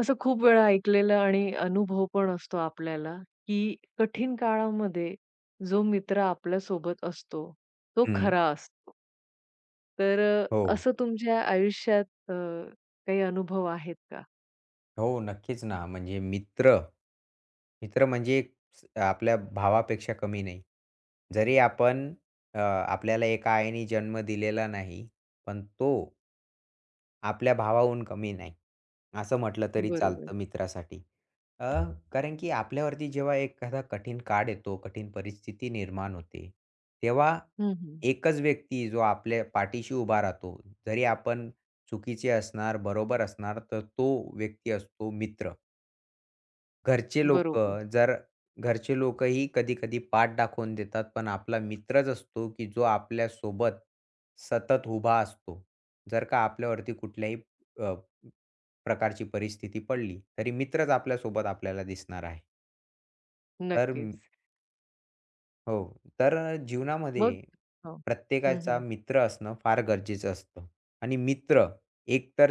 असं खूप वेळा ऐकलेलं आणि अनुभव पण असतो आपल्याला, की कठीण काळामध्ये जो मित्र आपल्या सोबत असतो, तो हं. खरा असतो. तर अ, हो, असं तुमच्या आयुष्यात अ, काही अनुभव आहेत का? हो. नक्कीच ना. म्हणजे मित्र म्हणजे एक आपल्या भावापेक्षा कमी नाही. जरी आपण आपल्याला एका आईने जन्म दिलेला नाही, पण तो आपल्या भावाहून कमी नाही, असं म्हटलं तरी बरोबर. चालतं मित्रासाठी. अ, कारण की आपल्यावरती जेव्हा एखादा कठीण काळ येतो, कठीण परिस्थिती निर्माण होते, तेव्हा हं, हं. एकच व्यक्ती जो आपल्या पाठीशी उभा राहतो, जरी आपण चुकीचे असणार, बरोबर असणार, तर तो व्यक्ती असतो मित्र. घरचे बरोबर. हं. जर घरचे लोकंही कधी-कधी पाठ दाखवून देतात, पण आपला मित्रच असतो, की जो आपल्यासोबत सतत उभा असतो. जर का आपल्यावरती कुठल्याही अ, प्रकारची परिस्थिती पडली, तरी मित्रच आपल्यासोबत आपल्याला दिसणार आहे. तर म- नक्कीच. हो. तर मग जीवनामध्ये हो. हं, प्रत्येकाचा हं. मित्र असणं फार गरजेचं असतं आणि मित्र एकतर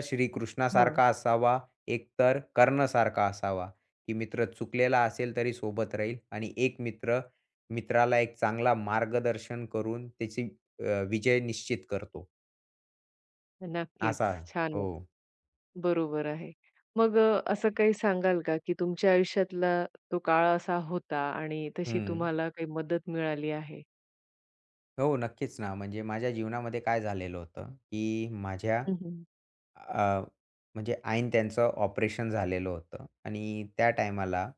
हां. श्रीकृष्णासारखा असावा, एकतर कर्णसारखा असावा, की मित्र चुकलेला असेल तरी सोबत राहील आणि एक मित्र मित्राला एक चांगला मार्गदर्शन करून त्याची विजय निश्चित करतो. नक्कीच. असा हो. छानच. बरोबर आहे. असं काही सांगाल का, की तुमच्या आयुष्यातला तो काळ असा होता आणि तशी हं. तुम्हाला काही मदत मिळाली आहे? हो, नक्कीच ना. म्हणजे माझ्या जीवनामध्ये काय झालेलं होतं, की हं, हं. अ, म्हणजे ऐन त्यांचं ऑपरेशन झालेलं होतं आणि त्या टायमाला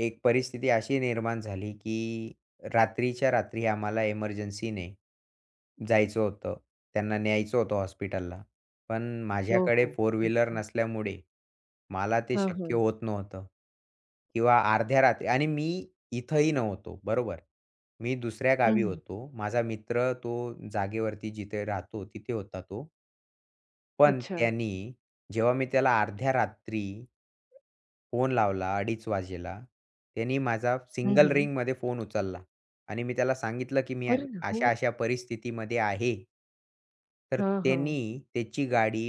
एक परिस्थिती अशी निर्माण झाली, की रात्रीच्या रात्री आम्हाला इमर्जन्सीने जायचं होतं. त्यांना न्यायचं होतं हॉस्पिटलला. पण हो, माझ्याकडे हो. फोर व्हीलर अच्छा. नसल्यामुळे मला ते हां, हां. शक्य होत नव्हतं किंवा अर्ध्या रात्री आणि मी इथंही नव्हतो, बरोबर. मी दुसऱ्या हं, गावी हं. होतो. माझा मित्र तो जागेवरती जिथे राहतो तिथे होता तो. पण अच्छा. त्यानी जेव्हा मी त्याला अर्ध्या रात्री फोन लावला 2:30 वाजेला. त्यानी माझा हं, सिंगल हं. रिंगमध्ये फोन उचलला आणि मी त्याला सांगितलं, की मी अरे हो. अशा-अशा परिस्थितीमध्ये आहे. तर हां, हां. त्यांनी त्याची गाडी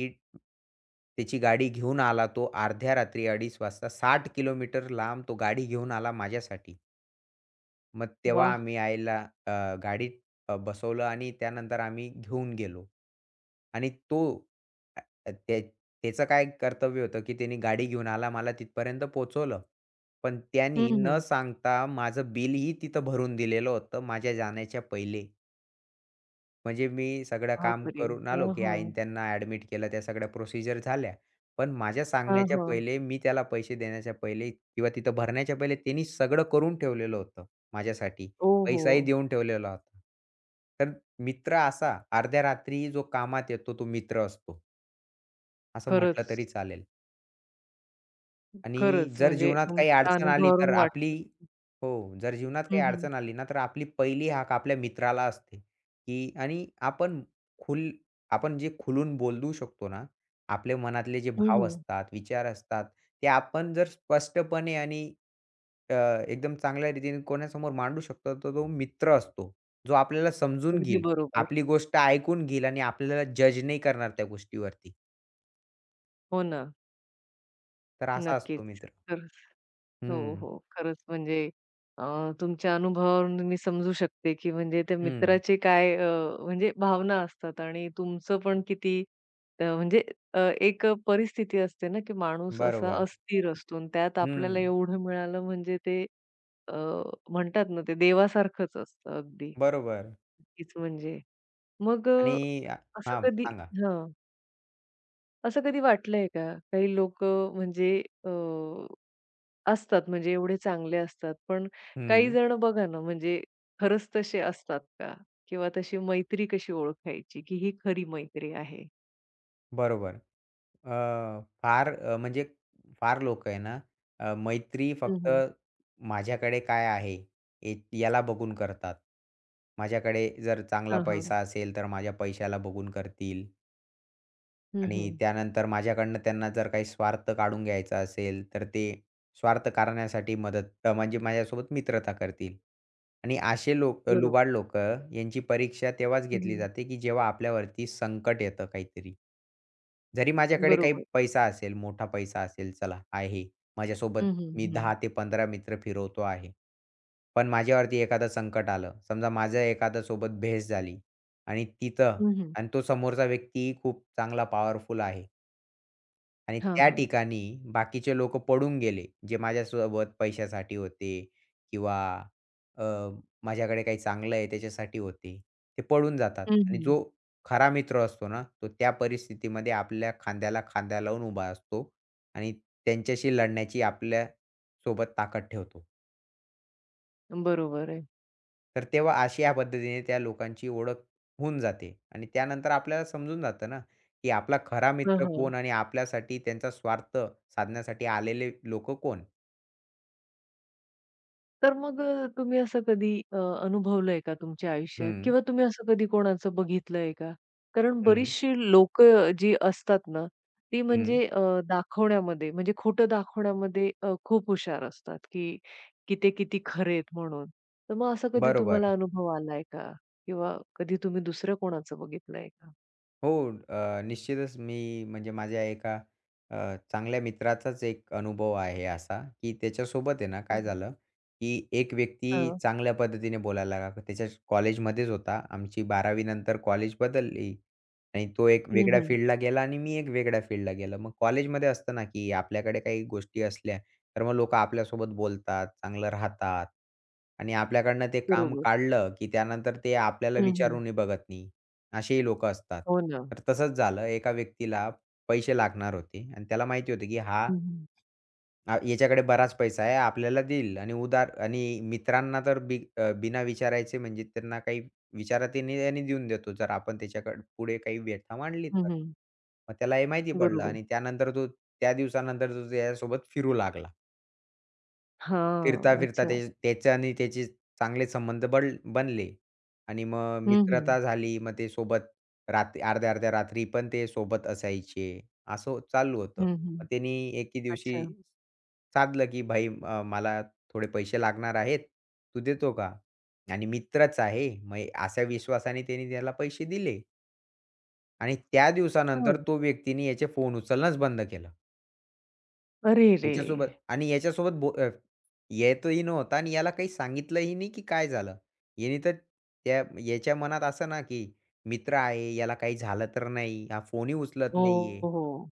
त्याची गाडी घेऊन आला तो अर्ध्या रात्री 2:30 वाजता 60 किलोमीटर लांब तो गाडी घेऊन आला माझ्यासाठी. मग तेव्हा वाह! आम्ही आईला गाडीत बसवलं आणि त्यानंतर आम्ही घेऊन गेलो. आणि तो अ, अ, त्या त्याचं काय कर्तव्य होतं, की त्याने गाडी घेऊन आला, मला तिथपर्यंत पोहोचवलं. पण हं, त्यानी न हं. सांगता माझं बिलही तिथं भरून दिलेलं होतं माझ्या जाण्याच्या पहिले. म्हणजे मी सगळं काम बापरे! करून हां, आलो, की हां. आईने त्यांना ॲडमिट केलं. त्या सगळ्या प्रोसिजर झाल्या. पण माझ्या हां, सांगण्याच्या हां. पहिले, मी त्याला पैसे देण्याच्या पहिले किंवा तिथं भरण्याच्या पहिले त्यांनी सगळं करून ठेवलेलं होतं माझ्यासाठी. ओहो! पैसाही देऊन ठेवलेला होता. तर मित्र असा अर्ध्या रात्री जो कामात येतो तो मित्र असतो, असं म्हटलं तरी खरंच, चालेल. आणि खरंच जर म्हणजे जीवनात काही तुमच्या अडचण आली तर अनुभवावरून आपली वाटतं. हो, जर जीवनात हं, काही हं. अडचण आली ना, तर आपली पहिली हाक आपल्या मित्राला असते, की आणि खुल आपण जे खुलून बोलू शकतो ना, आपले मनातले जे हं, भाव हं. असतात, विचार असतात, ते आपण जर स्पष्टपणे आणि अ, एकदम चांगल्या रीतीने कोणासमोर मांडू शकतो, तर तो मित्र असतो. जो आपल्याला समजून अगदी घेईल, बरोबर. आपली गोष्ट ऐकून घेईल आणि आपल्याला जज नाही करणार त्या गोष्टीवरती. हो ना. तर असा नक्कीच. असतो मित्र. तर हो, हं, हो. खरंच म्हणजे अ, तुमच्या अनुभवावरून मी समजू शकते, की म्हणजे त्या हं. मित्राचे काय, म्हणजे भावना असतात आणि तुमचं पण किती म्हणजे एक परिस्थिती असते ना, की माणूस असा बरोबर. अस्थिर असतो आणि त्यात हं, आपल्याला एवढं मिळालं म्हणजे ते अ, म्हणतात ना, ते देवासारखंच असतं अगदी. बरोबर नक्कीच म्हणजे. मग आणि अ, अ, असं हां, कधी सांगा. हां. असं कधी वाटलंय का? काही लोकं म्हणजे अ असतात म्हणजे एवढे चांगले असतात. पण काही हं, जण बघा ना, म्हणजे खरंच तसे असतात का? किंवा तशी मैत्री कशी ओळखायची, की ही खरी मैत्री आहे? बरोबर. अ, म्हणजे फार लोकं आहे ना, मैत्री हं, फक्त हं. माझ्याकडे काय आहे, ए याला बघून करतात. माझ्याकडे जर चांगला हां, हां. पैसा असेल, तर माझ्या पैशाला बघून करतील. हं, आणि हं. त्यानंतर माझ्याकडनं त्यांना जर काही स्वार्थ काढून घ्यायचा असेल, तर ते स्वार्थ काढण्यासाठी म्हणजे माझ्यासोबत मित्रता करतील. आणि असे लोक बरोबर. लुबाड लोक यांची परीक्षा तेव्हाच घेतली हं, जाते, की जेव्हा आपल्यावरती संकट येतं काहीतरी. जरी माझ्याकडे काही बरोबर. पैसा असेल, मोठा पैसा असेल, चला आहे. माझ्यासोबत हं, हं. मी हं. 10 ते 15 मित्र फिरवतो आहे. पण माझ्यावरती एखादं संकट आलं, समजा माझं एखाद्या सोबत भेस झाली आणि तिथं हं, हं. आणि तो समोरचा व्यक्ती खूप चांगला पॉवरफुल आहे. आणि त्या हां, ठिकाणी बाकीचे लोकं पळून गेले, जे माझ्यासोबत पैशासाठी होते किंवा अ, माझ्याकडे काही चांगलं आहे त्याच्यासाठी होते. ते पळून जातात आणि जो खरा मित्र असतो ना, तो त्या परिस्थितीमध्ये आपल्या खांद्याला खांदा लावून उभा असतो आणि त्यांच्याशी लढण्याची आपल्यासोबत ताकद ठेवतो. बरोबर आहे. तर तेव्हा अशी या पद्धतीने त्या लोकांची ओळख होऊन जाते आणि त्यानंतर आपल्याला समजून जातं ना, की आपला खरा मित्र कोण आणि आपल्यासाठी त्यांचा स्वार्थ साधण्यासाठी आलेले लोक कोण? तर मग, तुम्ही असं कधी, अनुभवलंय का तुमच्या आयुष्यात हं, किंवा तुम्ही असं कधी कोणाचं बघितलंय का? कारण हं, बरीचशी लोकं जी असतात ना, ती हं. म्हणजे, दाखवण्यामध्ये म्हणजे खोटं दाखवण्यामध्ये, खूप हुशार असतात, की की ते किती खरेत आहेत म्हणून. तर मग असा कधी बरोबर. तुम्हाला अनुभव आलाय का? किंवा कधी तुम्ही दुसरं कोणाचं बघितलंय का? हो. निश्चितच मी म्हणजे माझ्या एका अ, चांगल्या मित्राचाच एक अनुभव आहे असा, की त्याच्यासोबत आहे ना काय हं. झालं, की एक व्यक्ती हां. चांगल्या पद्धतीने बोलायला लागला. त्याच्या कॉलेजमध्येच होता. आमची 12वी नंतर कॉलेज बदलली आणि तो एक हं, वेगळ्या हं. फील्डला गेला आणि मी एक वेगळ्या फील्डला गेलो. मग कॉलेजमध्ये असतं ना, की आपल्याकडे काही गोष्टी असल्या, तर मग लोकं आपल्यासोबत बोलतात, चांगलं राहतात आणि आपल्याकडनं ते काम बरोबर. काढलं, की त्यानंतर ते आपल्याला हं, हं. विचारूनही बघत नाही. असेही लोकं असतात. हो ना. तर तसंच झालं एका व्यक्तीला पैसे लागणार होते आणि त्याला माहिती होतं की हं, हं. याच्याकडे बराच पैसा आहे आपल्याला देईल आणि उधार आणि मित्रांना तर बिना विचारायचे म्हणजे त्यांना काही विचारतही नाही आणि देऊन देतो जर आपण त्याच्याकडे पुढे काही व्यथा मांडली हं, तर. हं. मग त्याला हे माहिती पडलं बरोबर. आणि त्यानंतर त्या दिवसानंतर तो त्याच्यासोबत फिरू लागला. हां. फिरता-फिरता ते अच्छा. त्याचे आणि त्याचे चांगले संबंध बनले. आणि मग हं, हं. मित्रता झाली. मग ते सोबत रात्री अर्ध्या-अर्ध्या रात्री पण ते सोबत असायचे. असं चालू होतं. हं, मग त्यांनी एके दिवशी अच्छा. साधलं, की "भाई मला थोडे पैसे लागणार आहेत. तू देतो का?" आणि मित्रच आहे. मग अशा विश्वासाने त्याने त्याला पैसे दिले. आणि त्या दिवसानंतर हां. तो व्यक्तीने याचे फोन उचलणंच बंद केलं. अरे रे! ह्याच्यासोबत आणि येतही नव्हता आणि याला काही सांगितलंही नाही, की काय झालं. याने तर त्या याच्या मनात असं ना, की मित्र आहे, याला काही झालं तर नाही, हा फोनही उचलत हो, नाहीये. हो.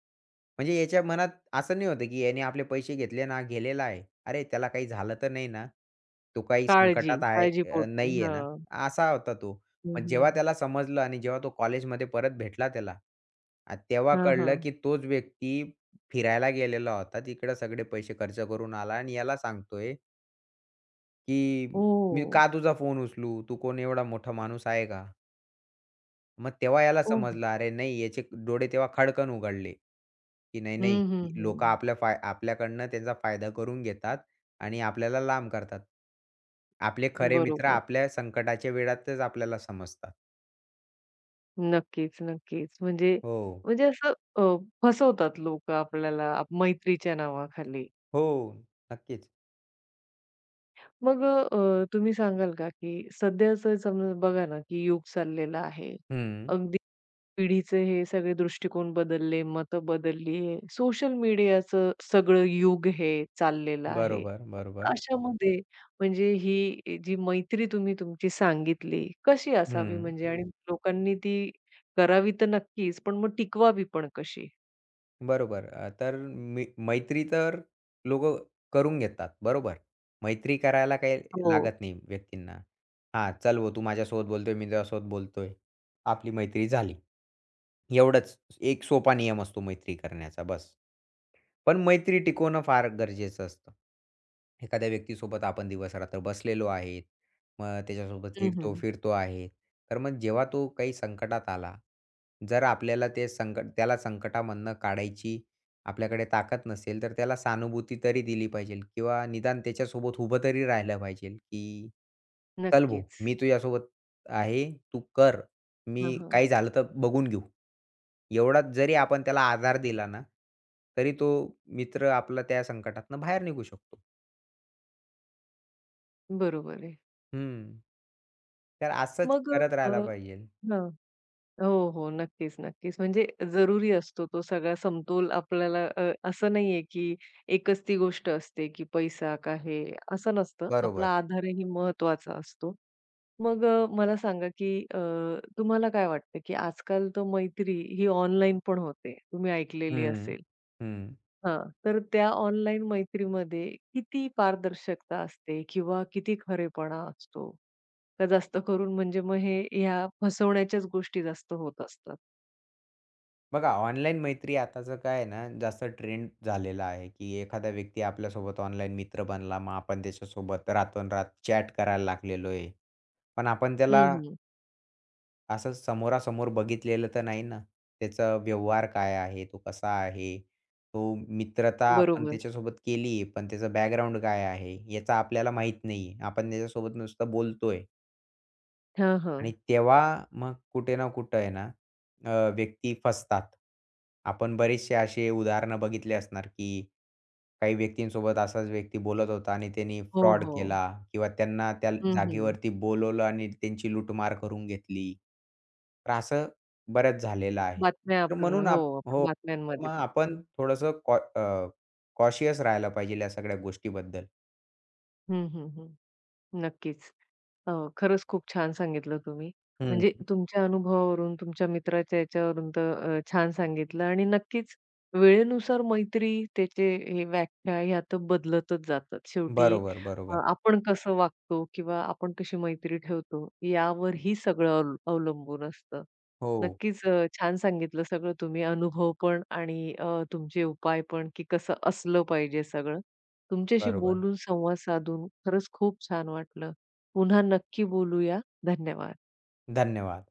म्हणजे याच्या मनात असं नाही होतं, की याने आपले पैसे घेतले ना, गेलेला आहे. अरे, त्याला काही झालं तर नाही ना? तो काही काळजी, संकटात आहे काळजीपोटी. नाही ना? हां. असा होता तो. हं, पण जेव्हा हं. त्याला समजलं आणि जेव्हा तो कॉलेजमध्ये परत भेटला त्याला, तेव्हा हां, कळलं, हां. की तोच व्यक्ती फिरायला गेलेला होता. तिकडं सगळे पैसे खर्च करून आला आणि याला सांगतोय, की "मी ओह! का तुझा फोन उचलू? तू कोण एवढा मोठा माणूस आहे का?" मग तेव्हा याला ओह! समजलं, अरे नाही याचे डोळे तेव्हा खडकन उघडले, की नाही, नाही हं, हं, लोकं हं. आपल्या फाय आपल्याकडनं त्यांचा फायदा करून घेतात आणि आपल्याला लांब करतात. आपले खरे मित्र बरोबर. आपल्या संकटाच्या वेळातच आपल्याला समजतात. नक्कीच, नक्कीच. म्हणजे हो. म्हणजे असं अ, फसवतात लोकं आपल्याला आप मैत्रीच्या नावाखाली. हो. नक्कीच. मग, तुम्ही सांगाल का, की सध्याचं समजा बघा ना, की युग चाललेलं आहे. हं. अगदी पिढीचे हे सगळे दृष्टिकोन बदलले, मतं बदलली आहे. सोशल मीडियाचं सगळं युग हे चाललेलं आहे. बरोबर, बरोबर. अशामध्ये म्हणजे ही जी मैत्री तुम्ही तुमची सांगितली, कशी असावी हं. म्हणजे आणि लोकांनी ती करावी तर नक्कीच, पण मग टिकवावी पण कशी? बरोबर. तर मी मैत्री तर लोकं करून घेतात, बरोबर. मैत्री करायला काही हो. लागत नाही व्यक्तींना. हां, "चल भाऊ, तू माझ्यासोबत बोलतोय, मी तुझ्यासोबत बोलतोय. आपली मैत्री झाली." एवढंच. एक सोपा नियम असतो मैत्री करण्याचा, बस. पण मैत्री टिकवणं फार गरजेचं असतं. एखाद्या व्यक्तीसोबत आपण दिवस-रात्र बसलेलो आहे. मग त्याच्यासोबत हं, हं. हिंडतो-फिरतो आहे. तर मग जेव्हा तो काही संकटात आला, जर आपल्याला ते संकट त्याला संकटामधनं काढायची आपल्याकडे ताकद नसेल, तर त्याला सहानुभूती तरी दिली पाहिजे किंवा निदान त्याच्यासोबत उभं तरी राहिलं पाहिजे, की "चल भाऊ, नक्कीच. मी तुझ्यासोबत आहे. तू कर. हां, मी हां. काही झालं तर बघून घेऊ." एवढा जरी आपण त्याला आधार दिला ना, तरी तो मित्र आपला त्या संकटातनं बाहेर निघू शकतो. बरोबर आहे. हं. तर असंच मग करत अ, राहायला पाहिजे. हां. हो, हो. नक्कीच, नक्कीच. म्हणजे जरुरी असतो तो सगळा समतोल आपल्याला, असं नाहीये, की एकच ती गोष्ट असते, की पैसा का हे, असं नसतं. आपला बरोबर. आधारही महत्त्वाचा असतो. मग, मला सांगा, की, तुम्हाला काय वाटतं, की आजकाल तर मैत्री ही ऑनलाईन पण होते. तुम्ही ऐकलेली हं, असेल. हं. हां. तर त्या ऑनलाईन मैत्रीमध्ये किती पारदर्शकता असते किंवा किती खरेपणा असतो? का जास्त करून म्हणजे मग हे ह्या फसवण्याच्याच गोष्टी जास्त होत असतात? बघा ऑनलाईन मैत्री आताचं काय आहे ना, जास्त ट्रेंड झालेला आहे, की एखादा व्यक्ती आपल्यासोबत ऑनलाईन मित्र बनला, मग आपण त्याच्यासोबत रातोनरात चॅट करायला लागलेलो आहे. पण आपण हं, त्याला हं. असं समोरासमोर बघितलेलं तर नाही ना. त्याचा व्यवहार काय आहे? तो कसा आहे? तो मित्रता आपण बरोबर. त्याच्यासोबत केली, पण त्याचा बॅकग्राऊंड काय आहे? याचा आपल्याला माहीत नाहीये. आपण त्याच्यासोबत नुसतं बोलतोय हां, हां. आणि तेव्हा मग कुठे ना कुठे आहे ना, व्यक्ती फसतात. आपण बरेचसे असे उदाहरणं बघितले असणार, की काही व्यक्तींसोबत असाच व्यक्ती बोलत होता आणि त्यांनी हो, फ्रॉड हो. केला किंवा त्यांना त्या हं, हं. जागेवरती बोलवलं आणि त्यांची लूटमार करून घेतली. तर असं बऱ्याच झालेलं आहे. बातम्या तर आपण म्हणून हो, आप आपण हो. तर बातम्यांमध्ये मग बघतो. आपण थोडंसं कॉशियस राहायला पाहिजे या सगळ्या गोष्टीबद्दल. हं, हं, हं. नक्कीच. हो, खरंच खूप छान सांगितलं तुम्ही. म्हणजे हं. तुमच्या अनुभवावरून, तुमच्या मित्राच्या याच्यावरून तर, छान सांगितलं आणि नक्कीच वेळेनुसार मैत्री, त्याचे हे व्याख्या ह्या तर बदलतच जातात. शेवटी बरोबर, अ, बरोबर. आपण कसं वागतो किंवा आपण कशी मैत्री ठेवतो यावर ही सगळं अव अवलंबून असतं. हो, नक्कीच, छान सांगितलं सगळं तुम्ही अनुभव पण आणि, तुमचे उपाय पण की कसं असलं पाहिजे सगळं. तुमच्याशी बरोबर. बोलून, संवाद साधून खरंच खूप छान वाटलं. पुन्हा नक्की बोलूया. धन्यवाद. धन्यवाद.